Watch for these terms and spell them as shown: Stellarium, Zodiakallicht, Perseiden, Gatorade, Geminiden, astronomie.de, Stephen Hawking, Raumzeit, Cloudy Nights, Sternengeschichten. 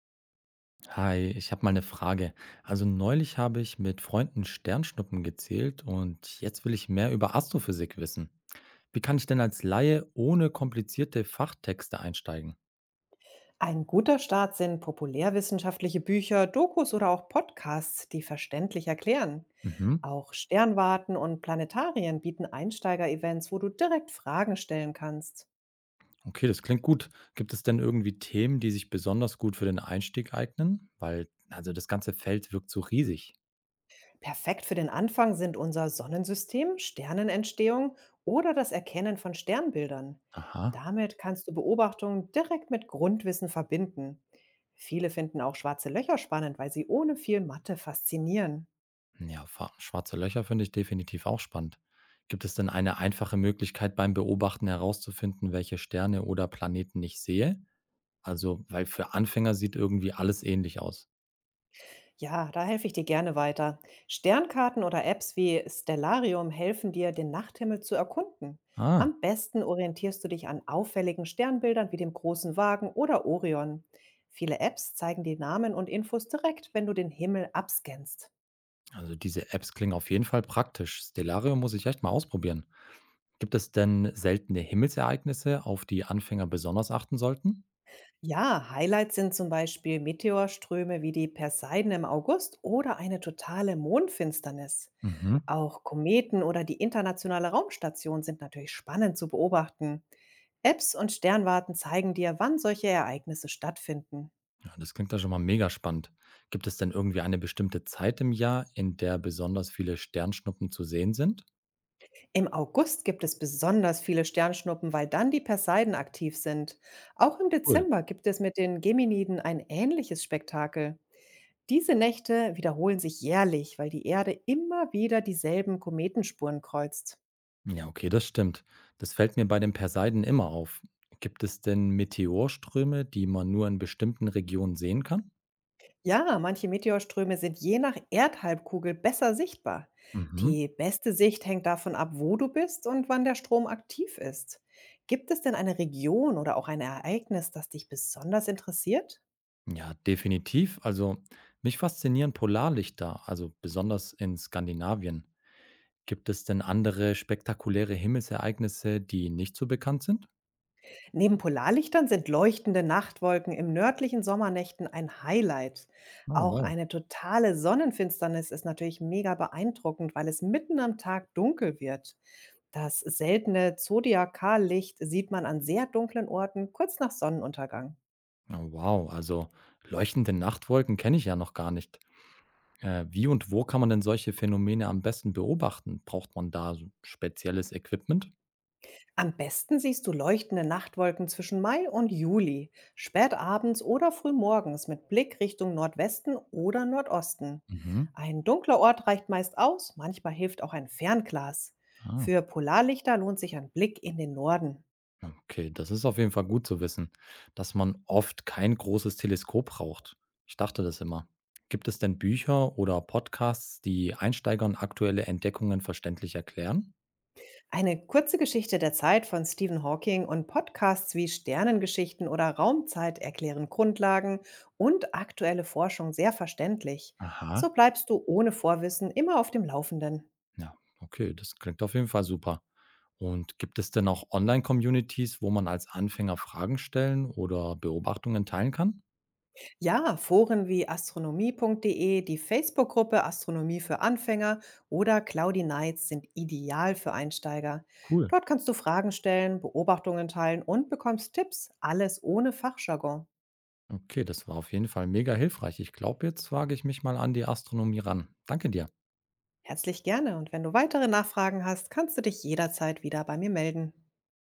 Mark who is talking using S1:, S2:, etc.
S1: Hi, ich habe mal eine Frage. Also neulich habe ich mit Freunden Sternschnuppen gezählt und jetzt will ich mehr über Astrophysik wissen. Wie kann ich denn als Laie ohne komplizierte Fachtexte einsteigen?
S2: Ein guter Start sind populärwissenschaftliche Bücher, Dokus oder auch Podcasts, die verständlich erklären.
S1: Mhm.
S2: Auch Sternwarten und Planetarien bieten Einsteiger-Events, wo du direkt Fragen stellen kannst.
S1: Okay, das klingt gut. Gibt es denn irgendwie Themen, die sich besonders gut für den Einstieg eignen? Weil, also das ganze Feld wirkt so riesig.
S2: Perfekt für den Anfang sind unser Sonnensystem, Sternenentstehung oder das Erkennen von Sternbildern.
S1: Aha.
S2: Damit kannst du Beobachtungen direkt mit Grundwissen verbinden. Viele finden auch schwarze Löcher spannend, weil sie ohne viel Mathe faszinieren.
S1: Ja, schwarze Löcher finde ich definitiv auch spannend. Gibt es denn eine einfache Möglichkeit beim Beobachten herauszufinden, welche Sterne oder Planeten ich sehe? Also, weil für Anfänger sieht irgendwie alles ähnlich aus.
S2: Ja, da helfe ich dir gerne weiter. Sternkarten oder Apps wie Stellarium helfen dir, den Nachthimmel zu erkunden.
S1: Ah.
S2: Am besten orientierst du dich an auffälligen Sternbildern wie dem großen Wagen oder Orion. Viele Apps zeigen die Namen und Infos direkt, wenn du den Himmel abscannst.
S1: Also diese Apps klingen auf jeden Fall praktisch. Stellarium muss ich echt mal ausprobieren. Gibt es denn seltene Himmelsereignisse, auf die Anfänger besonders achten sollten?
S2: Ja, Highlights sind zum Beispiel Meteorströme wie die Perseiden im August oder eine totale Mondfinsternis.
S1: Mhm.
S2: Auch Kometen oder die internationale Raumstation sind natürlich spannend zu beobachten. Apps und Sternwarten zeigen dir, wann solche Ereignisse stattfinden.
S1: Ja, das klingt ja schon mal mega spannend. Gibt es denn irgendwie eine bestimmte Zeit im Jahr, in der besonders viele Sternschnuppen zu sehen sind?
S2: Im August gibt es besonders viele Sternschnuppen, weil dann die Perseiden aktiv sind. Auch im
S1: Cool.
S2: Dezember gibt es mit den Geminiden ein ähnliches Spektakel. Diese Nächte wiederholen sich jährlich, weil die Erde immer wieder dieselben Kometenspuren kreuzt.
S1: Ja, okay, das stimmt. Das fällt mir bei den Perseiden immer auf. Gibt es denn Meteorströme, die man nur in bestimmten Regionen sehen kann?
S2: Ja, manche Meteorströme sind je nach Erdhalbkugel besser sichtbar.
S1: Mhm.
S2: Die beste Sicht hängt davon ab, wo du bist und wann der Strom aktiv ist. Gibt es denn eine Region oder auch ein Ereignis, das dich besonders interessiert?
S1: Ja, definitiv. Also mich faszinieren Polarlichter, also besonders in Skandinavien. Gibt es denn andere spektakuläre Himmelsereignisse, die nicht so bekannt sind?
S2: Neben Polarlichtern sind leuchtende Nachtwolken im nördlichen Sommernächten ein Highlight.
S1: Oh,
S2: Auch
S1: wow.
S2: eine totale Sonnenfinsternis ist natürlich mega beeindruckend, weil es mitten am Tag dunkel wird. Das seltene Zodiakallicht sieht man an sehr dunklen Orten kurz nach Sonnenuntergang.
S1: Oh, wow, also leuchtende Nachtwolken kenne ich ja noch gar nicht. Wie und wo kann man denn solche Phänomene am besten beobachten? Braucht man da so spezielles Equipment?
S2: Am besten siehst du leuchtende Nachtwolken zwischen Mai und Juli, spät abends oder früh morgens mit Blick Richtung Nordwesten oder Nordosten.
S1: Mhm.
S2: Ein dunkler Ort reicht meist aus, manchmal hilft auch ein Fernglas.
S1: Ah.
S2: Für Polarlichter lohnt sich ein Blick in den Norden.
S1: Okay, das ist auf jeden Fall gut zu wissen, dass man oft kein großes Teleskop braucht. Ich dachte das immer. Gibt es denn Bücher oder Podcasts, die Einsteigern aktuelle Entdeckungen verständlich erklären?
S2: Eine kurze Geschichte der Zeit von Stephen Hawking und Podcasts wie Sternengeschichten oder Raumzeit erklären Grundlagen und aktuelle Forschung sehr verständlich. So
S1: Aha.
S2: bleibst du ohne Vorwissen immer auf dem Laufenden.
S1: Ja, okay, das klingt auf jeden Fall super. Und gibt es denn auch Online-Communities, wo man als Anfänger Fragen stellen oder Beobachtungen teilen kann?
S2: Ja, Foren wie astronomie.de, die Facebook-Gruppe Astronomie für Anfänger oder Cloudy Nights sind ideal für Einsteiger.
S1: Cool.
S2: Dort kannst du Fragen stellen, Beobachtungen teilen und bekommst Tipps, alles ohne Fachjargon.
S1: Okay, das war auf jeden Fall mega hilfreich. Ich glaube, jetzt wage ich mich mal an die Astronomie ran. Danke dir.
S2: Herzlich gerne und wenn du weitere Nachfragen hast, kannst du dich jederzeit wieder bei mir melden.